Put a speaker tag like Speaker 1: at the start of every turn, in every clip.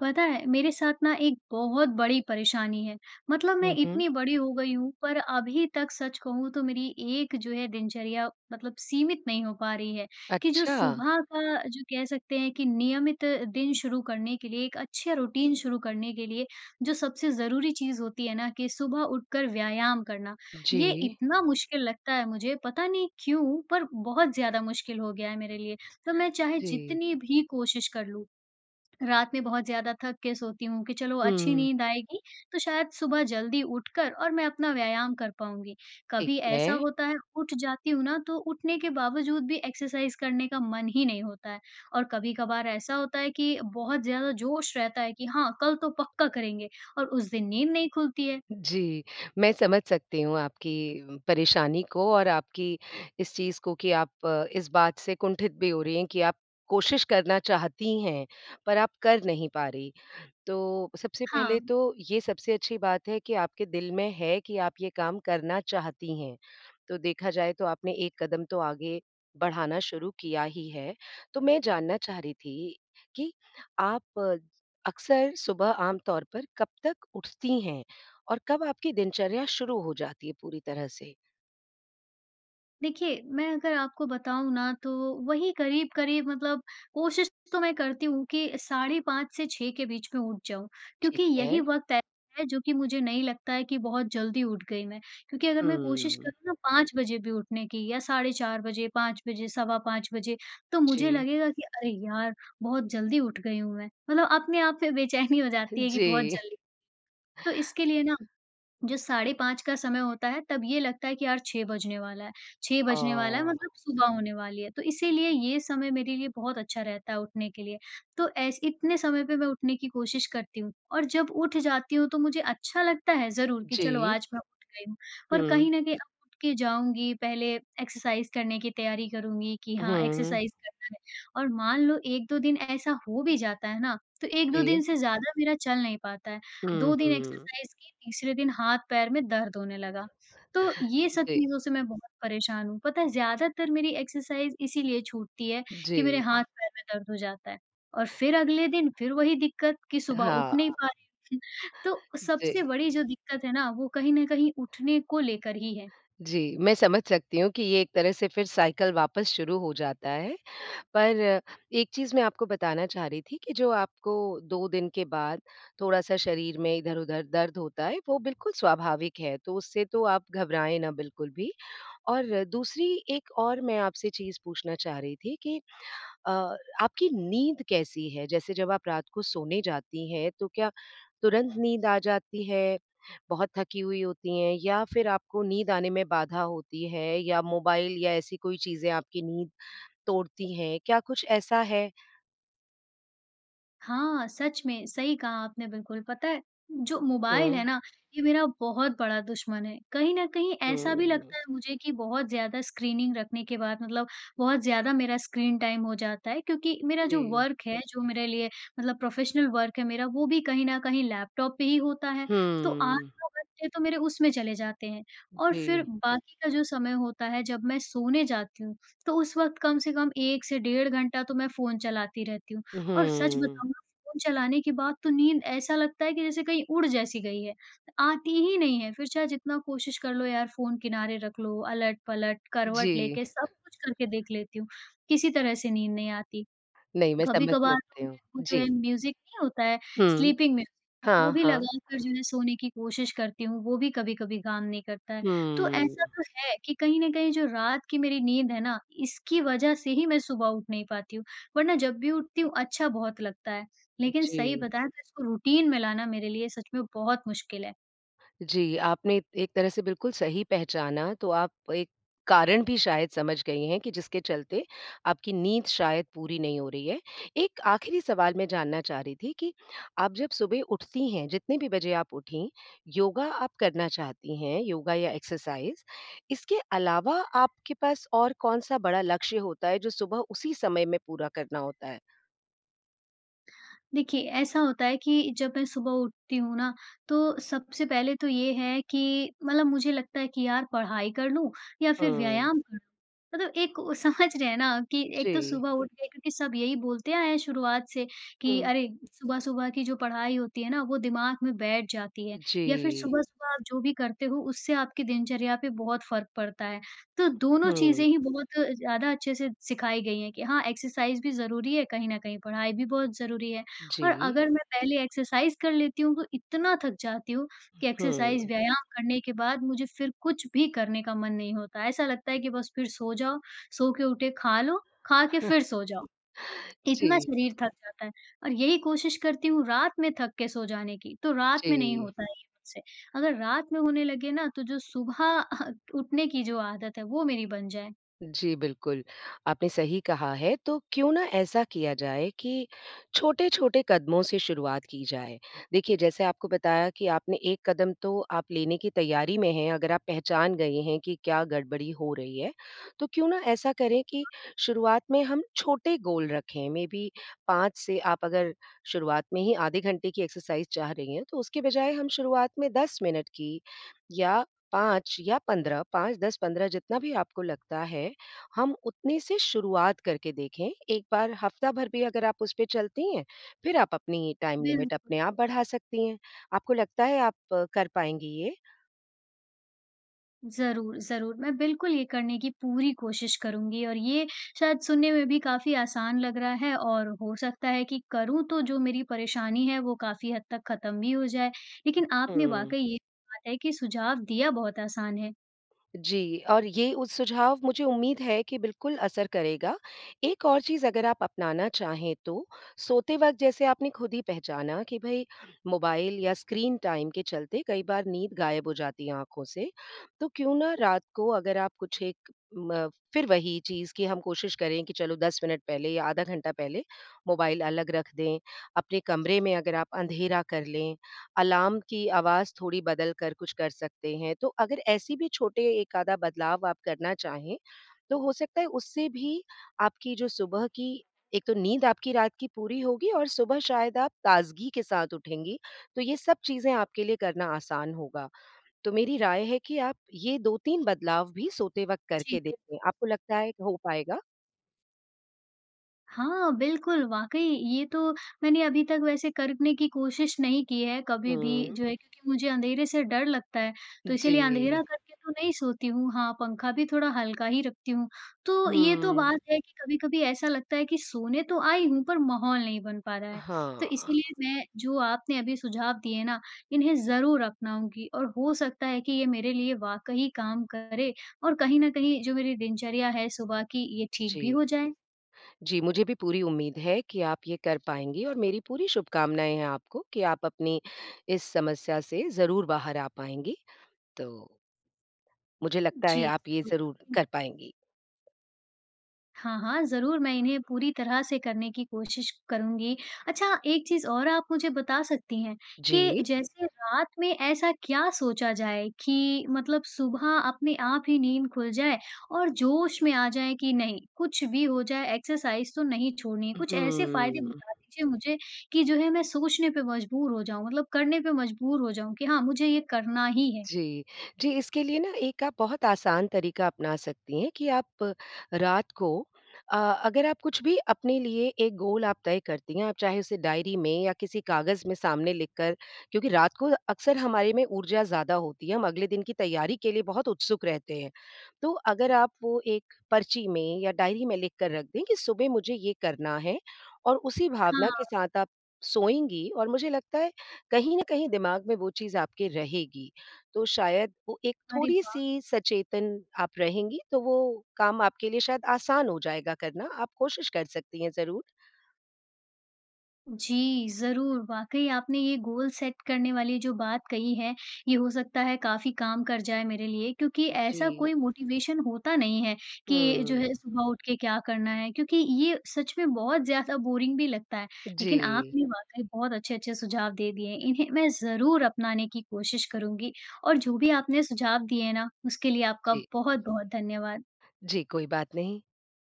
Speaker 1: पता है, मेरे साथ ना एक बहुत बड़ी परेशानी है। मतलब मैं
Speaker 2: हुँ, हुँ।
Speaker 1: इतनी बड़ी हो गई हूँ, पर अभी तक सच कहूँ तो मेरी एक जो है दिनचर्या मतलब सीमित नहीं हो पा रही है, कि जो
Speaker 2: अच्छा,
Speaker 1: सुबह का जो कह सकते हैं कि नियमित दिन शुरू करने के लिए, एक अच्छे रूटीन शुरू करने के लिए, जो सबसे ज़रूरी चीज़ होती है ना कि सुबह उठकर व्यायाम करना, ये
Speaker 2: जी,
Speaker 1: इतना मुश्किल लगता है मुझे, पता नहीं क्यों? पर बहुत ज़्यादा मुश्किल हो गया है मेरे लिए। तो मैं चाहे
Speaker 2: जी।
Speaker 1: जितनी भी कोशिश कर लूँ, रात में बहुत ज़्यादा थक के सोती हूँ कि चलो अच्छी
Speaker 2: हुँ,
Speaker 1: नींद आएगी, तो शायद सुबह जल्दी उठकर और मैं अपना व्यायाम कर पाऊँगी।
Speaker 2: ठीक
Speaker 1: कभी
Speaker 2: है।
Speaker 1: ऐसा होता है उठ जाती हूँ ना, तो उठने के बावजूद भी एक्सरसाइज़ करने का मन ही नहीं होता है। और कभी-कभार ऐसा होता है कि बहुत ज़्यादा जोश रहता है कि हाँ, कल तो पक्का करेंगे, और उस दिन नींद नहीं खुलती है।
Speaker 2: जी, मैं समझ सकती हूँ आपकी परेशानी को और आपकी इस चीज़ को कि आप इस बात से कुंठित भी हो रही हैं कि आप कोशिश करना चाहती हैं, पर आप कर नहीं पा रही। तो सबसे पहले
Speaker 1: हाँ।
Speaker 2: तो ये सबसे अच्छी बात है कि आपके दिल में है कि आप ये काम करना चाहती हैं। तो देखा जाए तो आपने एक कदम तो आगे बढ़ाना शुरू किया ही है। तो मैं जानना चाह रही थी कि आप अक्सर सुबह आम तौर पर कब तक उठती हैं? और कब आपकी दिनचर्या शुरू हो जाती है पूरी तरह से?
Speaker 1: देखिए, मैं अगर आपको बताऊँ ना, तो वही करीब-करीब मतलब कोशिश तो मैं करती हूँ कि साढ़े 5 से 6 के बीच में उठ जाऊँ, क्योंकि
Speaker 2: ठीक है।
Speaker 1: यही वक़्त है जो कि मुझे नहीं लगता है कि बहुत जल्दी उठ गई मैं। क्योंकि अगर मैं कोशिश
Speaker 2: हुँ।
Speaker 1: करूँ ना, 5 बजे भी उठने की या साढ़े 4 बजे, 5 बजे, सवा 5 बजे, तो
Speaker 2: जी।
Speaker 1: मुझे लगेगा कि अरे यार! बहुत जल्दी उठ गई हूँ मैं। मतलब अपने आप में बेचैनी हो जाती है कि
Speaker 2: जी।
Speaker 1: बहुत जल्दी। तो इसके लिए ना, जो साढ़े 5 का समय होता है, तब ये लगता है कि यार 6 बजने वाला है, 6 बजने वाला है,
Speaker 2: ओह!
Speaker 1: मतलब सुबह होने वाली है। तो इसीलिए ये समय मेरे लिए बहुत अच्छा रहता है उठने के लिए। तो ऐस इतने समय पे मैं उठने की कोशिश करती हूँ, और जब उठ जाती हूँ तो मुझे अच्छा लगता है ज़रूर कि चलो
Speaker 2: जी।
Speaker 1: आज मैं उठ गई हूँ। पर
Speaker 2: हुँ।
Speaker 1: कहीं न कहीं अब उठ के जाऊँगी, पहले एक्सरसाइज़ करने की तैयारी करूँगी कि हाँ,
Speaker 2: हुँ।
Speaker 1: एक्सरसाइज़ करना है। और मान लो 1-2 दिन ऐसा हो भी जाता है ना, तो 1-2 दिन
Speaker 2: जी।
Speaker 1: से ज़्यादा मेरा चल नहीं पाता है।
Speaker 2: हुँ,
Speaker 1: 2 दिन
Speaker 2: हुँ।
Speaker 1: एक्सरसाइज की, तीसरे दिन हाथ-पैर में दर्द होने लगा। तो ये सब
Speaker 2: जी।
Speaker 1: चीज़ों से मैं बहुत परेशान हूँ। पता है, ज़्यादातर मेरी एक्सरसाइज इसीलिए छूटती है
Speaker 2: जी,
Speaker 1: कि मेरे हाथ-पैर में दर्द हो जाता है। और फिर अगले दिन फिर वही दिक्कत कि सुबह उठ
Speaker 2: हाँ,
Speaker 1: नहीं पा रही हूँ। तो सबसे
Speaker 2: जी,
Speaker 1: बड़ी जो दिक्कत है ना, वो कहीं न कहीं उठने को लेकर ही है।
Speaker 2: जी। मैं समझ सकती हूँ कि ये एक तरह से फिर साइकिल वापस शुरू हो जाता है। पर एक चीज़ मैं आपको बताना चाह रही थी कि जो आपको 2 दिन के बाद थोड़ा-सा शरीर में इधर-उधर दर्द होता है, वो बिल्कुल स्वाभाविक है, तो उससे तो आप घबराएँ ना बिल्कुल भी। और दूसरी एक और मैं आपसे चीज़ पूछना चाह रही थी कि अ, आपकी नींद कैसी है? जैसे जब आप रात को सोने जाती हैं तो क्या तुरंत नींद आ जाती है? बहुत थकी हुई होती हैं या फिर आपको नींद आने में बाधा होती है या मोबाइल या ऐसी कोई चीज़ें आपकी नींद तोड़ती हैं? क्या कुछ ऐसा है?
Speaker 1: हाँ, सच में, सही कहा आपने बिल्कुल। पता है, जो मोबाइल है
Speaker 2: हुँ,
Speaker 1: ना, ये मेरा बहुत बड़ा दुश्मन है। कहीं न कहीं ऐसा भी
Speaker 2: हुँ,
Speaker 1: लगता है मुझे कि बहुत ज़्यादा स्क्रीनिंग रखने के बाद, मतलब बहुत ज़्यादा मेरा स्क्रीन टाइम हो जाता है, क्योंकि मेरा जो
Speaker 2: जी।
Speaker 1: वर्क है, जो मेरे लिए मतलब प्रोफ़ेशनल वर्क है मेरा, वो भी कहीं न कहीं लैपटॉप पे ही होता है। तो
Speaker 2: हुँ,
Speaker 1: 8-9 घंटे तो मेरे उसमें चले जाते हैं, और
Speaker 2: जी।
Speaker 1: फिर बाकी का जो समय होता है, जब मैं सोने जाती हूँ, तो उस वक़्त कम से कम 1 से डेढ़ घंटा तो मैं फ़ोन चलाती रहती हूँ। और सच
Speaker 2: हुँ,
Speaker 1: बताऊँ, फ़ोन चलाने के बाद तो नींद ऐसा लगता है कि जैसे कहीं उड़ जैसी गई है। आती ही नहीं है, फिर चाहे जितना कोशिश कर लो, यार फ़ोन किनारे रख लो, अलट-पलट, करवट
Speaker 2: जी।
Speaker 1: लेके सब कुछ करके देख लेती हूँ, किसी तरह से नींद नहीं आती।
Speaker 2: नहीं, मैं समझ
Speaker 1: कभी-कभार
Speaker 2: सकती
Speaker 1: तो मैं
Speaker 2: हूँ।
Speaker 1: वो जो है
Speaker 2: जी।
Speaker 1: म्यूज़िक नहीं होता है,
Speaker 2: हुँ।
Speaker 1: स्लीपिंग म्यूज़िक, वो
Speaker 2: हाँ,
Speaker 1: भी
Speaker 2: हाँ।
Speaker 1: लगाकर जो है सोने की कोशिश करती हूँ, वो भी कभी-कभी काम नहीं करता है। तो
Speaker 2: हुँ,
Speaker 1: ऐसा तो है कि कहीं न कहीं जो रात की मेरी नींद है ना, इसकी वजह से ही मैं सुबह उठ नहीं पाती हूँ, वरना जब भी उठती हूँ अच्छा बहुत लगता है। लेकिन सही
Speaker 2: जी।
Speaker 1: बताएँ तो इसको रूटीन में लाना मेरे लिए सच में बहुत मुश्किल है।
Speaker 2: जी, आपने एक तरह से बिल्कुल सही पहचाना, तो आप एक कारण भी शायद समझ गई हैं कि जिसके चलते आपकी नींद शायद पूरी नहीं हो रही है। एक आखिरी सवाल मैं जानना चाह रही थी कि आप जब सुबह उठती हैं, जितने भी बजे आप उठीं, योगा आप करना चाहती हैं, योगा या एक्सरसाइज़, इसके अलावा आपके पास और कौन-सा बड़ा लक्ष्य होता है, जो सुबह उसी समय में पूरा करना होता है?
Speaker 1: देखिए, ऐसा होता है कि जब मैं सुबह उठती हूँ ना, तो सबसे पहले तो ये है कि मतलब मुझे लगता है कि यार पढ़ाई कर लूँ या फिर
Speaker 2: हुँ,
Speaker 1: व्यायाम कर लूँ। मतलब एक वो समझ रहे हैं ना कि एक तो
Speaker 2: जी,
Speaker 1: सुबह उठ गए, क्योंकि सब यही बोलते आए हैं शुरुआत से कि
Speaker 2: हुँ,
Speaker 1: अरे, सुबह-सुबह की जो पढ़ाई होती है ना, वो दिमाग में बैठ जाती है, या फिर
Speaker 2: जी,
Speaker 1: सुबह-सुबह आप जो भी करते हो, उससे आपकी दिनचर्या पे बहुत फ़र्क पड़ता है। तो दोनों चीज़ें
Speaker 2: हुँ,
Speaker 1: ही बहुत ज़्यादा अच्छे से सिखाई गई हैं कि हाँ, एक्सरसाइज़ भी ज़रूरी है कहीं न कहीं, पढ़ाई भी बहुत ज़रूरी है। और
Speaker 2: जी,
Speaker 1: अगर मैं पहले एक्सरसाइज़ कर लेती हूँ, तो इतना थक जाती हूँ कि
Speaker 2: हुँ,
Speaker 1: एक्सरसाइज़ व्यायाम करने के बाद मुझे फिर कुछ भी करने का मन नहीं होता। ऐसा लगता है कि बस फिर सो जाओ, सो के उठे खा लो, खा के फिर सो जाओ। इतना
Speaker 2: जी।
Speaker 1: शरीर थक जाता है, और यही कोशिश करती हूँ रात में थक के सो जाने की, तो रात में नहीं
Speaker 2: जी,
Speaker 1: होता है ये मुझसे। अगर रात में होने लगे ना, तो जो सुबह उठने की जो आदत है वो मेरी बन जाए।
Speaker 2: जी, बिल्कुल, आपने सही कहा है। तो क्यों ना ऐसा किया जाए कि छोटे-छोटे कदमों से शुरुआत की जाए। देखिए, जैसे आपको बताया कि आपने एक कदम तो आप लेने की तैयारी में हैं, अगर आप पहचान गए हैं कि क्या गड़बड़ी हो रही है। तो क्यों ना ऐसा करें कि शुरुआत में हम छोटे गोल रखें, मेबी 5 से आप अगर शुरुआत में ही आधे घंटे की एक्सरसाइज़ चाह रही हैं, तो उसके बजाय हम शुरुआत में 10 मिनट की या 5 या 15, 5, 10, 15 जितना भी आपको लगता है, हम उतने से शुरुआत करके देखें। एक बार हफ्ता भर भी अगर आप उस पे चलती हैं, फिर आप अपनी टाइम लिमिट
Speaker 1: बिल्कुल।
Speaker 2: अपने आप बढ़ा सकती हैं। आपको लगता है आप कर पाएँगी ये?
Speaker 1: ज़रूर, ज़रूर। मैं बिल्कुल ये करने की पूरी कोशिश करूँगी, और ये शायद सुनने में भी काफ़ी आसान लग रहा है, और हो सकता है कि करूँ तो जो मेरी परेशानी है वो काफ़ी हद तक ख़त्म भी हो जाए। लेकिन आपने
Speaker 2: हुँ।
Speaker 1: वाक़ई ये बात है कि सुझाव दिया बहुत आसान है।
Speaker 2: जी, और ये उस सुझाव मुझे उम्मीद है कि बिल्कुल असर करेगा। एक और चीज़ अगर आप अपनाना चाहें तो, सोते वक़्त जैसे आपने खुद ही पहचाना कि भई मोबाइल या स्क्रीन टाइम के चलते कई बार नींद गायब हो जाती है आँखों से, तो क्यों ना रात को अगर आप कुछ एक म फिर वही चीज़ कि हम कोशिश करें कि चलो 10 मिनट पहले या आधा घंटा पहले मोबाइल अलग रख दें। अपने कमरे में अगर आप अंधेरा कर लें अलार्म की आवाज़ थोड़ी बदल कर कुछ कर सकते हैं। तो अगर ऐसी भी छोटे एक आधा बदलाव आप करना चाहें, तो हो सकता है उससे भी आपकी जो सुबह की एक तो नींद आपकी रात की पूरी होगी और सुबह शायद आप ताज़गी के साथ उठेंगी। तो ये सब चीज़ें आपके लिए करना आसान होगा। तो मेरी राय है कि आप ये 2-3 बदलाव भी सोते वक़्त
Speaker 1: जी।
Speaker 2: करके देखें। आपको लगता है कि हो पाएगा?
Speaker 1: हाँ, बिल्कुल, वाक़ई ये तो मैंने अभी तक वैसे करने की कोशिश नहीं की है कभी भी
Speaker 2: हुँ।
Speaker 1: जो है, क्योंकि मुझे अंधेरे से डर लगता है, तो
Speaker 2: जी।
Speaker 1: इसीलिए अंधेरा करके तो नहीं सोती हूँ। हाँ, पंखा भी थोड़ा हल्का ही रखती हूँ। तो ये तो
Speaker 2: हुँ।
Speaker 1: बात है कि कभी-कभी ऐसा लगता है कि सोने तो आई हूँ पर माहौल नहीं बन पा रहा है। तो
Speaker 2: हाँ,
Speaker 1: इसीलिए मैं जो आपने अभी सुझाव दिए ना, इन्हें ज़रूर अपनाऊँगी और हो सकता है कि ये मेरे लिए वाक़ई काम करे, और कहीं न कहीं जो मेरी दिनचर्या है सुबह की, ये ठीक
Speaker 2: जी।
Speaker 1: भी हो जाए।
Speaker 2: जी, मुझे भी पूरी उम्मीद है कि आप ये कर पाएँगी और मेरी पूरी शुभकामनाएँ हैं आपको कि आप अपनी इस समस्या से ज़रूर बाहर आ पाएँगी। तो मुझे लगता
Speaker 1: जी,
Speaker 2: है आप ये
Speaker 1: जरूर।
Speaker 2: ज़रूर कर पाएँगी।
Speaker 1: हाँ, हाँ, ज़रूर मैं इन्हें पूरी तरह से करने की कोशिश करूँगी। अच्छा, एक चीज़ और आप मुझे बता सकती हैं कि
Speaker 2: जी।
Speaker 1: जैसे रात में ऐसा क्या सोचा जाए कि मतलब सुबह अपने आप ही नींद खुल जाए, और जोश में आ जाएँ कि नहीं, कुछ भी हो जाए एक्सरसाइज़ तो नहीं छोड़नी है। कुछ ऐसे फ़ायदे
Speaker 2: हुँ।
Speaker 1: बता दीजिए मुझे कि जो है मैं सोचने पे मजबूर हो जाऊँ, मतलब करने पे मजबूर हो जाऊँ कि हाँ, मुझे ये करना ही है।
Speaker 2: जी। जी, इसके लिए ना एक आप बहुत आसान तरीका अपना सकती हैं कि आप रात को अगर आप कुछ भी अपने लिए एक गोल आप तय करती हैं, आप चाहे उसे डायरी में या किसी कागज़ में सामने लिख कर क्योंकि रात को अक्सर
Speaker 1: जी,
Speaker 2: हमारे में ऊर्जा ज़्यादा होती है, हम अगले दिन की तैयारी के लिए बहुत उत्सुक रहते हैं। तो अगर आप वो एक पर्ची में या डायरी में लिख कर रख दें कि सुबह मुझे ये करना है और उसी भावना के
Speaker 1: हाँ,
Speaker 2: साथ आप सोएँगी और मुझे लगता है कहीं न कहीं दिमाग में वो चीज़ आपके रहेगी। तो शायद वो एक
Speaker 1: अरे वाह!
Speaker 2: थोड़ी-सी सचेतन आप रहेंगी, तो वो काम आपके लिए शायद आसान हो जाएगा करना। आप कोशिश कर सकती हैं ज़रूर।
Speaker 1: जी, ज़रूर। वाक़ई आपने ये गोल सेट करने वाली जो बात कही है, ये हो सकता है काफ़ी काम कर जाए मेरे लिए, क्योंकि ऐसा
Speaker 2: जी।
Speaker 1: कोई मोटिवेशन होता नहीं है कि जो
Speaker 2: हुँ।
Speaker 1: है सुबह उठ के क्या करना है, क्योंकि ये सच में बहुत ज़्यादा बोरिंग भी लगता है।
Speaker 2: जी,
Speaker 1: लेकिन आपने वाक़ई बहुत अच्छे-अच्छे सुझाव दे दिए हैं। इन्हें मैं ज़रूर अपनाने की कोशिश करूँगी, और जो भी आपने सुझाव दिए हैं ना, उसके लिए आपका
Speaker 2: जी।
Speaker 1: बहुत-बहुत धन्यवाद।
Speaker 2: जी, कोई बात नहीं।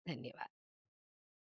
Speaker 2: धन्यवाद।